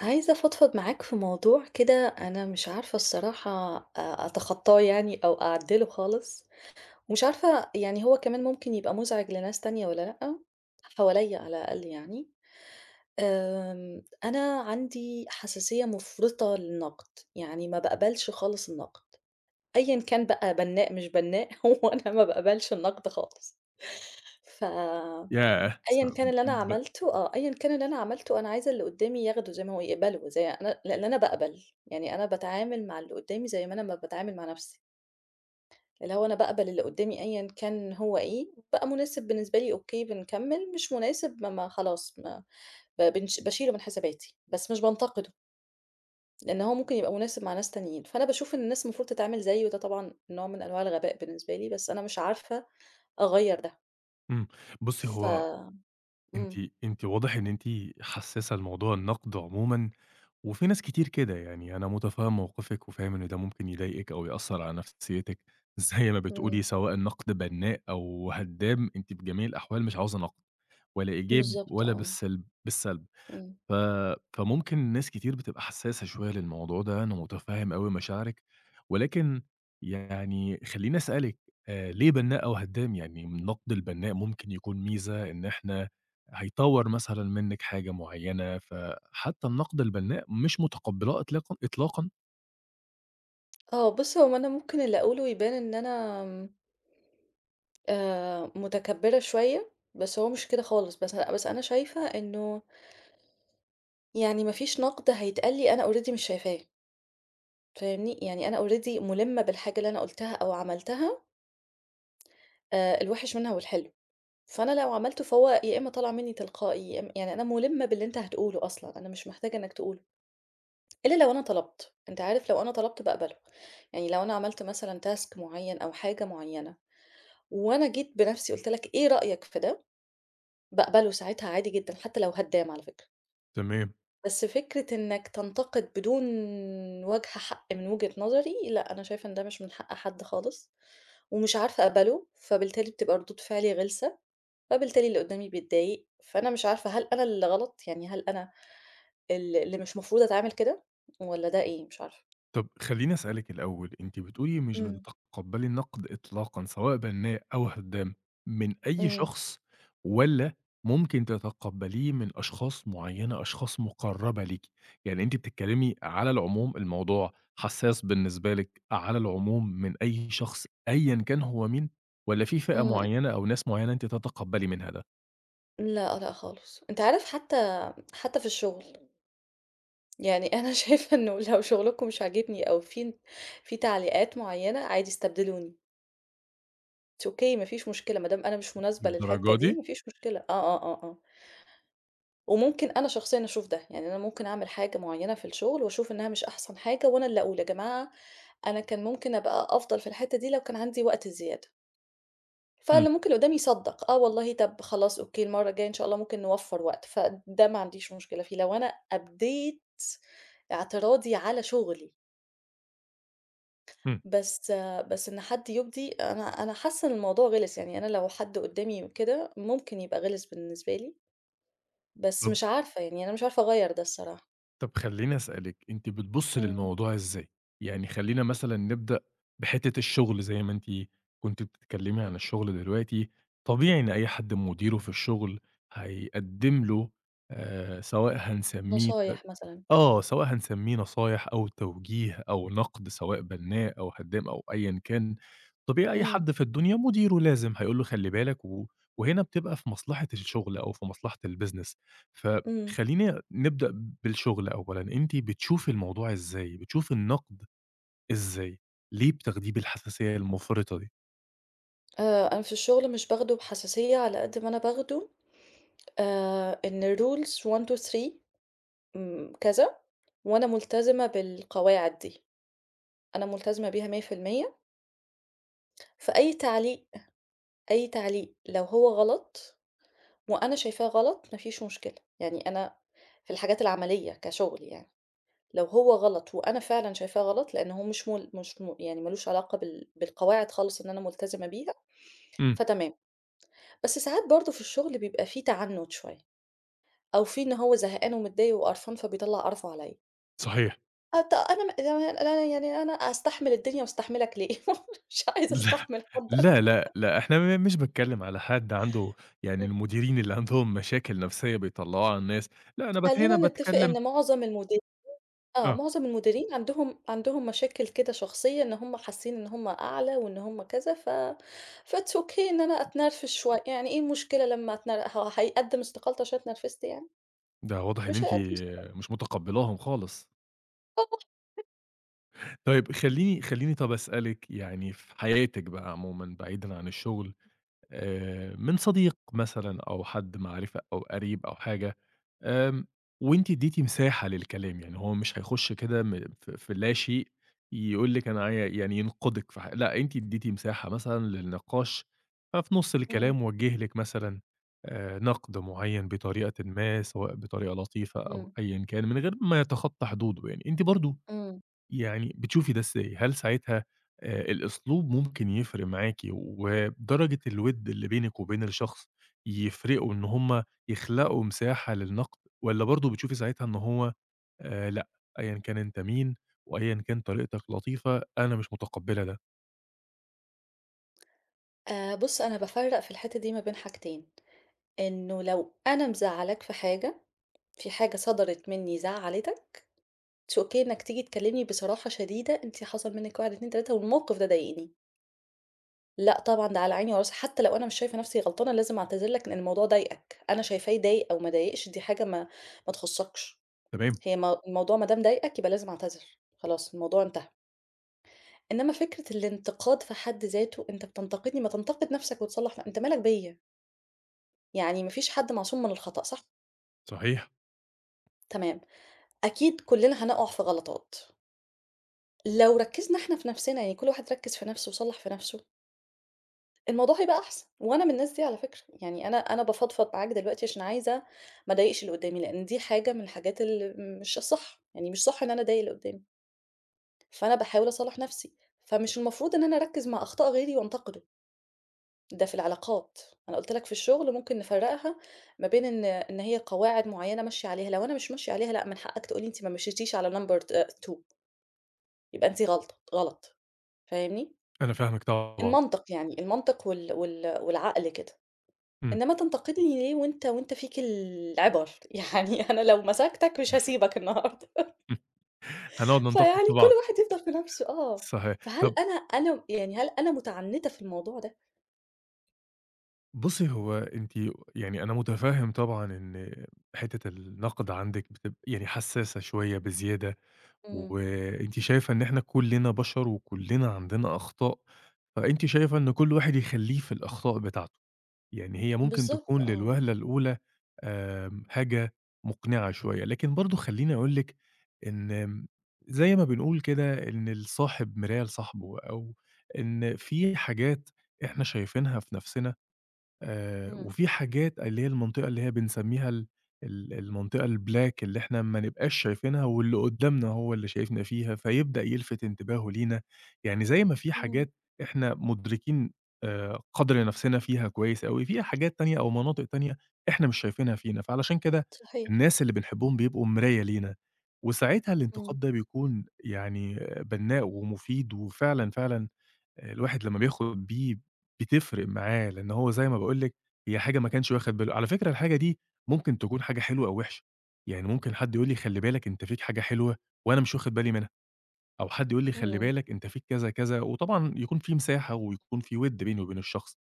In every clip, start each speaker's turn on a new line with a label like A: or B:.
A: عايزة أفضفض معاك في موضوع كده. أنا مش عارفة الصراحة أتخطاه يعني أو أعدله خالص، ومش عارفة يعني هو كمان ممكن يبقى مزعج لناس تانية ولا لأ، حواليا على الأقل يعني. أنا عندي حساسية مفرطة للنقد، يعني ما بقبلش خالص النقد أيا كان، بقى بناء مش بناء. هو أنا ما بقبلش النقد خالص. ف
B: ياه! س
A: أيًا كان اللي أنا
B: ب
A: عملته، آه، أيًا كان اللي أنا عملته أنا عايزة اللي قدّامي ياخده زي ما هو، يقبله زي أنا، لإن أنا باقبل. يعني أنا باتعامل مع اللي قدّامي زي ما أنا ما باتعامل مع نفسي، اللي هو أنا باقبل اللي قدّامي أيًا كان هو إيه. بقى مناسب بالنسبة لي أوكي بنكمّل، مش مناسب ما خلاص، ما ب بنش باشيله من حساباتي، بس مش بانتقده، لإن هو ممكن يبقى مناسب مع ناس تانيين. فأنا باشوف إن الناس المفروض تتعامل زيي، وده طبعًا نوع من أنواع الغباء بالنسبة لي، بس أنا مش عارفة أغيّر ده.
B: إمم. بُصّي،
A: ف
B: هو أنتِ
A: إمم،
B: أنتِ واضح إن أنتِ حسّاسة لموضوع النقد عمومًا، وفي ناس كتير كده، يعني أنا مُتفهّم موقفِك وفاهم إن ده ممكن يضايقِك أو يأثّر على نفسيتِك، زي ما
A: إمم،
B: بتقولي سواء النقد بنّاء أو هدّام، أنتِ بجميع الأحوال مش عاوزة نقد، ولا إيجاب
A: بالضبط
B: ولا
A: آه،
B: بالسلب.
A: إمم.
B: ف فممكن ناس كتير بتبقى حساسة شوية للموضوع ده، أنا مُتفهِّم أوي مشاعرِك، ولكن يعني خلّيني أسألِك ليه بنّاء أو هدّام؟ يعني النقد البنّاء ممكن يكون ميزة إن إحنا هيطوّر مثلًا منِّك حاجة معيّنة، فحتّى النقد البنّاء مش مُتقبّلاه إطلاقًا.
A: آه، بُص، هو أنا ممكن اللي أقوله يبان إن أنا آمم، متكبرة شوية، بس هو مش كده خالص. بس أنا شايفة إنه يعني ما فيش نقد هيتقال لي أنا already مش شايفاه. فاهمني؟ يعني أنا already مُلِمة بالحاجة اللي أنا قُلتها أو عملتها، الوحش منها والحلو. فأنا لو عملته فهو يا إما طالع مني تلقائي، يا إما يعني أنا مُلِمة باللي أنت هتقوله أصلًا، أنا مش محتاجة إنك تقوله، إلا لو أنا طلبت. أنت عارف، لو أنا طلبت باقبله. يعني لو أنا عملت مثلًا task معين أو حاجة معينة وأنا جيت بنفسي قُلت لك إيه رأيك في ده؟ باقبله ساعتها عادي جدًا، حتى لو هدّام على فكرة.
B: تمام.
A: بس فكرة إنك تنتقد بدون وجه حق، من وجهة نظري، لأ، أنا شايفة إن ده مش من حق حد خالص، ومش عارفة أقبله، فبالتالي بتبقى ردود فعلي غلسة، فبالتالي اللي قدّامي بيتضايق. فأنا مش عارفة، هل أنا اللي غلط؟ يعني هل أنا اللي مش مفروض أتعامل كده، والّا ده إيه؟ مش عارفة.
B: طب خلّيني أسألِك الأول، أنتِ بتقولي مش
A: إمم.
B: بتتقبّلي النقد إطلاقًا، سواء بنّاء أو هدّام، من أي
A: إمم،
B: شخص والّا ممكن تتقبّليه من أشخاص معيّنة، أشخاص مُقرّبة ليكِ؟ يعني أنتِ بتتكلّمي على العموم، الموضوع حسّاس بالنسبة لِك على العموم من أي شخص أيًا كان هو مين والّا في فئة
A: إمم،
B: معيّنة أو ناس معيّنة أنتِ تتقبّلي منها ده؟
A: لأ، لأ خالص. أنت عارف، حتى في الشغل يعني أنا شايفة إنه لو شغلكم مش عاجبني أو في تعليقات معيّنة عادي استبدلوني. it's okay، ما فيش مشكلة، ما دام أنا مش مناسبة للحتّة
B: للدرجة
A: دي
B: دي؟
A: ما فيش مشكلة. آه، آه، آه، آه. وممكن أنا شخصيًا أشوف ده. يعني أنا ممكن أعمل حاجة معيّنة في الشغل وأشوف إنها مش أحسن حاجة، وأنا اللي أقول يا جماعة أنا كان ممكن أبقى أفضل في الحتّة دي لو كان عندي وقت زيادة.
B: إمم،
A: فاللي ممكن اللي قدّامي يصدّق، آه والله طب خلاص okay المرّة الجاية إن شاء الله ممكن نوفّر وقت، فده ما عنديش مشكلة فيه. لو أنا أبديت اعتراضي على شغلي.
B: إمم.
A: بس بس إن حد يُبدي، أنا حاسة إن الموضوع غِلِس. يعني أنا لو حد قُدّامي كده ممكن يبقى غِلِس بالنسبة لي، بس
B: طب
A: مش عارفة، يعني أنا مش عارفة أغيّر ده الصراحة.
B: طب خلّيني أسألِك، أنتِ بتبُصّي
A: إمم،
B: للموضوع إزاي؟ يعني خلّينا مثلًا نبدأ بحتّة الشغل زي ما أنتِ كنتِ بتتكلّمي
A: إمم،
B: عن الشغل دلوقتي، طبيعي إن أي حد مديره في الشغل هيقدّم له سواء هنسمّيه ت
A: نصايح مثلًا،
B: آه، سواء هنسمّيه نصايح أو توجيه أو نقد سواء بنّاء أو هدّام أو أيًا كان، طبيعي أي
A: إمم،
B: حد في الدنيا مديره لازم هيقول له خلّي بالك و وهنا بتبقى في مصلحة الشغل أو في مصلحة الbusiness.
A: إمم،
B: فخلّينا نبدأ بالشغل أولًا، أنتِ بتشوفي الموضوع إزاي، بتشوفي النقد إزاي؟ ليه بتاخديه بالحساسية المُفرطة دي؟
A: أنا في الشغل مش باخده بحساسية على قد ما أنا باخده إن rules 1، 2، 3 كذا، وأنا ملتزمة بالقواعد دي، أنا ملتزمة بيها 100%. فأي تعليق أي تعليق لو هو غلط وأنا شايفاه غلط ما فيش مشكلة. يعني أنا في الحاجات العملية كشغل يعني، لو هو غلط وأنا فعلًا شايفاه غلط، لأن هو مش مل مش م يعني ما لوش علاقة بالقواعد خالص إن أنا ملتزمة بيها،
B: إمم،
A: فتمام. بس ساعات برضه في الشغل بيبقى في تعنُّت شوية، أو في إن هو زهقان ومتضايق وقرفان فبيطلّع قرفه عليَّ.
B: صحيح.
A: أت أنا م أنا أنا يعني أنا أستحمل الدنيا وأستحملك ليه؟ مش عايزة أستحمل حد. أنا.
B: لا، لأ، لأ، إحنا م مش باتكلّم على حد عنده يعني
A: إمم.
B: المديرين اللي عندهم مشاكل نفسية بيطلّعوها على الناس، لأ، أنا بت هنا
A: خلّينا نتفق
B: باتكلّم
A: إن معظم آه،
B: آه،
A: معظم المديرين عندهم مشاكل كده شخصية، إن هم حاسين إن هم أعلى وإن هم كذا. ف فit's okay إن أنا أتنرفز شوية، يعني إيه المشكلة لمّا هو هيقدّم استقالته عشان اتنرفزت يعني؟
B: ده واضح إن
A: مش
B: أنتِ
A: هيقدّم
B: مش متقبّلاهم خالص.
A: استقالته.
B: طيب خلّيني طَب أسألِك يعني في حياتِك بقى عمومًا بعيدًا عن الشغل من صديق مثلًا أو حد معرفة أو قريب أو حاجة، آمم وأنتِ ادّيتِ مساحة للكلام، يعني هو مش هيخش كده م في في اللاشيء يقول لِك أنا عاي يعني ينقدِك في ح لأ، أنتِ ادّيتِ مساحة مثلًا للنقاش، ففي نُص
A: إمم،
B: الكلام وجِّه لِك مثلًا نقد معيّن بطريقةٍ ما، سواء بطريقة لطيفة أو
A: إمم،
B: أيًا كان، من غير ما يتخطى حدوده يعني، أنتِ برضه
A: إمم.
B: يعني بتشوفي ده إزاي؟ هل ساعتها الأسلوب ممكن يفرق معاكِ ودرجة الوِد اللي بينِك وبين الشخص يفرقوا إن هم يخلقوا مساحة للنقد والّا برضه بتشوفي ساعتها إن هو لأ، أيًا كان أنت مين وأيًا كان طريقتك لطيفة، أنا مش متقبّلة ده.
A: بُص، أنا بافرّق في الحتّة دي ما بين حاجتين، إنه لو أنا مزعّلاك في حاجة، في حاجة صدرت منّي زعّلتك، it's okay إنك تيجي تكلّمني بصراحة شديدة، أنتِ حصل منِّك 1، 2، 3 والموقف ده ضايقني. لأ طبعًا، ده على عيني وراسي، حتى لو أنا مش شايفة نفسي غلطانة لازم أعتذر لك إن الموضوع ضايقك. أنا شايفاه يضايق أو ما ضايقش دي حاجة ما تخصّكش.
B: تمام،
A: هي م الموضوع ما دام ضايقك يبقى لازم أعتذر، خلاص الموضوع انتهى. إنما فكرة الانتقاد في حد ذاته، أنت بتنتقدني، ما تنتقد نفسك وتصلّح. أنت مالك بيّا؟ يعني ما فيش حد معصوم من الخطأ صح؟
B: صحيح،
A: تمام، أكيد كلنا هنقع في غلطات. لو ركّزنا إحنا في نفسنا، يعني كل واحد ركّز في نفسه وصلّح في نفسه، الموضوع هيبقى أحسن. وأنا من الناس دي على فكرة، يعني أنا بافضفض معاك دلوقتي عشان عايزة ما أضايقش اللي قدّامي، لإن دي حاجة من الحاجات اللي مش صح. يعني مش صح إن أنا أضايق اللي قدّامي، فأنا باحاول أصلّح نفسي، فمش المفروض إن أنا أركّز مع أخطاء غيري وأنتقده. ده في العلاقات. أنا قُلت لك في الشغل ممكن نفرّقها ما بين إن هي قواعد معيّنة ماشية عليها، لو أنا مش ماشية عليها لأ، من حقك تقول لي أنتِ ما مشيتيش على number 2، يبقى أنتِ غلط، فاهمني؟
B: أنا فاهمِك طبعًا.
A: المنطق يعني، المنطق والعقل كده.
B: إمم.
A: إنما تنتقدني ليه وأنت فيك العِبَر. يعني أنا لو مسكتك مش هاسيبك النهارده.
B: هنقعد ننتقد
A: فيعني
B: في
A: كل
B: بعض.
A: واحد يفضل في نَفْسه آه.
B: صحيح.
A: فهل
B: طب
A: أنا أنا يعني هل أنا مُتعنِّتة في الموضوع ده؟
B: بُصّي، هو أنتِ يعني أنا مُتفهِّم طبعًا إن حتّة النقد عندِك بتب يعني حسّاسة شوية بزيادة،
A: إمم،
B: وأنتِ شايفة إن إحنا كُلّنا بشر وكُلّنا عندنا أخطاء، فأنتِ شايفة إن كل واحد يخلّيه في الأخطاء بتاعته، يعني هي ممكن
A: بالضبط
B: تكون
A: آه،
B: للوهلة الأولى حاجة مقنعة شوية، لكن برضه خلّيني أقول لِك إن زي ما بنقول كده إن الصاحب مراية لصاحبه، أو إن في حاجات إحنا شايفينها في نَفْسنا
A: إمم،
B: وفي حاجات اللي هي المنطقة اللي هي بنسمّيها ال المنطقة الblack اللي إحنا ما نبقاش شايفينها واللي قُدّامنا هو اللي شايفنا فيها، فيبدأ يلفت انتباهه لينا. يعني زي ما في
A: إمم،
B: حاجات إحنا مُدركين قدْر نَفْسنا فيها كويس أوي، في حاجات تانية أو مناطق تانية إحنا مش شايفينها فينا، فعلشان كده
A: صحيح،
B: الناس اللي بنحبّهم بيبقوا مراية لينا، وساعتها
A: إمم،
B: الانتقاد ده بيكون يعني آه، بنّاء ومفيد وفعلًا، فعلًا الواحد لمّا بياخُد بيه بتفرق معاه، لإن هو زي ما باقول لِك هي حاجة ما كانش واخد باله على فكرة الحاجة دي ممكن تكون حاجة حلوة أو وِحشة، يعني ممكن حد يقول لي خلّي بالك أنت فيك حاجة حلوة وأنا مش واخد بالي منها، أو حد يقول لي خلّي
A: إمم،
B: بالك أنت فيك كذا، كذا، وطبعًا يكون في مساحة ويكون في وِدّ بيني وبين الشخص،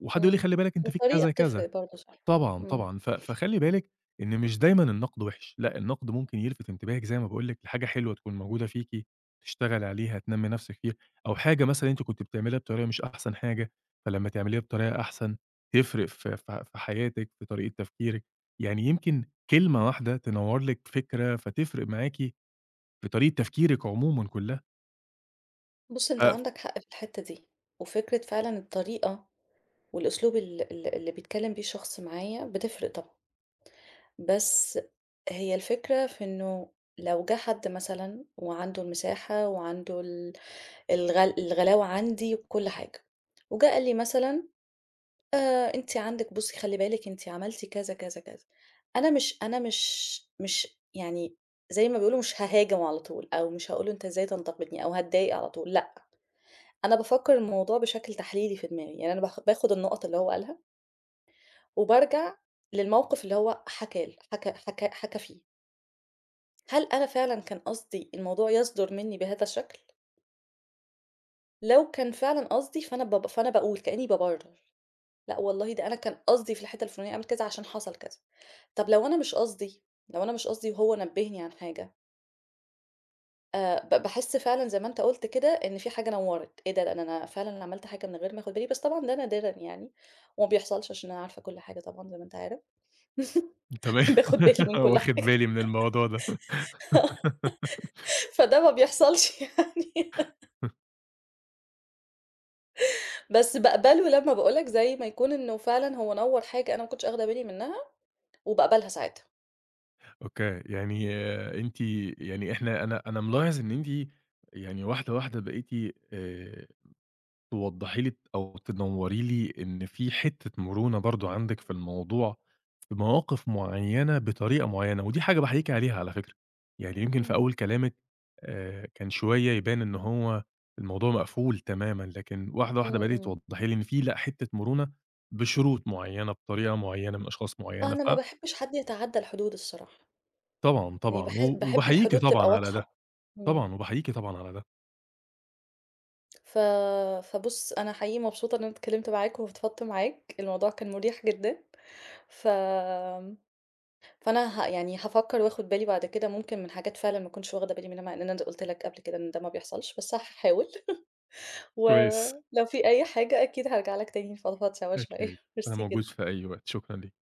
B: وحد يقول لي
A: إمم،
B: خلّي بالك أنت فيك
A: والطريقة
B: كذا،
A: بتفرق
B: كذا.
A: برضه صح،
B: طبعًا،
A: إمم،
B: طبعًا. ف فخلّي بالِك إن مش دايمًا النقد وِحِش، لأ، النقد ممكن يلفت انتباهِك زي ما باقول لِك لحاجة حلوة تكون موجودة فيكِ، تشتغلي عليها، تنمّي نفسِك فيها، أو حاجة مثلًا أنتِ كنتِ بتعمليها بطريقة مش أحسن حاجة، فلمّا تعمليها بطريقة أحسن تفرق في حياتِك، في طريقة تفكيرِك. يعني يمكن كلمة واحدة تنوّر لِك فكرة، فتفرق معاكِ في طريقة تفكيرِك عمومًا كلّها.
A: بُص أنت
B: ف
A: عندك حق في الحتّة دي. وفكرة فعلًا الطريقة والأسلوب ال ال اللي بيتكلّم بيه الشخص معايا بتفرق طبعًا. بس هي الفكرة في إنه لو جه حد مثلًا وعنده المساحة وعنده ال الغل الغلاوة عندي وكل حاجة، وجه قال لي مثلًا أنتِ عندِك، بُصّي خلّي بالِك أنتِ عملتِ كذا، كذا، كذا، أنا مش أنا مش مش يعني زي ما بيقولوا مش هاهاجم على طول، أو مش هاقول له أنت إزاي تنتقدني أو هاتضايق على طول، لأ. أنا بافكّر الموضوع بشكل تحليلي في دماغي، يعني أنا باخد النقط اللي هو قالها وبارجع للموقف اللي هو حكاه ل حكى حكى حكى فيه. هل أنا فعلًا كان قصدي الموضوع يصدُر منّي بهذا الشكل؟ لو كان فعلًا قصدي فأنا باقول كإنّي بابرّر، لأ والله ده أنا كان قصدي في الحتّة الفُلانية أعمل كذا عشان حصل كذا. طَب لو أنا مش قصدي، لو أنا مش قصدي وهو نبّهني عن حاجة، ب باحس فعلًا زي ما أنت قُلت كده إن في حاجة نوّرِت، إيه ده، ده أنا فعلًا أنا عملت حاجة من غير ما آخُد بالي. بس طبعًا ده نادرًا يعني وما بيحصلش عشان أنا عارفة كل حاجة طبعًا زي ما أنت عارف.
B: تمام،
A: باخُد بالي من كل
B: واخد
A: حاجة.
B: بالي من الموضوع ده.
A: فده ما بيحصلش يعني. بس باقبله لمّا باقول لك زي ما يكون إنه فعلًا هو نوّر حاجة أنا ما كنتش آخدة بالي منها، وباقبلها ساعتها.
B: أوكي، يعني أنتِ يعني إحنا أنا ملاحظ إن أنتِ يعني واحدة، واحدة بقيتِ آآ توضّحي لي أو تنوّري لي إن في حتّة مرونة برضه عندِك في الموضوع، في مواقف معيّنة بطريقة معيّنة، ودي حاجة باحييكِ عليها على فكرة، يعني يمكن في
A: إمم.
B: أول كلامِك كان شوية يبان إن هو الموضوع مقفول تمامًا، لكن واحدة، واحدة
A: إمم،
B: بدأتِ
A: إمم.
B: توضّحي لي إن في لأ، حتّة مرونة بشروط معيّنة، بطريقة معيّنة، من أشخاص معيّنة،
A: أنا ما باحبش حد يتعدّى الحدود الصراحة،
B: فطبعًا،
A: يعني
B: طبعًا،
A: باحس
B: و
A: باحب
B: وباحييكِ
A: الحدود تبقى
B: طبعًا على ده.
A: واضحة. إمم.
B: طبعًا، وباحييكِ طبعًا على ده.
A: ف فبُص أنا حقيقي مبسوطة إن أنا اتكلمت معاك وفضفضت معاك، الموضوع كان مريح جدًا. ف فأنا ه يعني هافكّر وآخد بالي بعد كده ممكن من حاجات فعلًا ما كنتش واخدة بالي منها، مع إن أنا قُلت لك قبل كده إن ده ما بيحصلش، بس هاحاول.
B: كويس،
A: ولو في أي حاجة أكيد هارجع لك تاني نفضفض سوا شوية.
B: أكيد. أنا
A: ميرسي
B: موجود في
A: جدًا.
B: أي وقت، شكرًا ليكِ.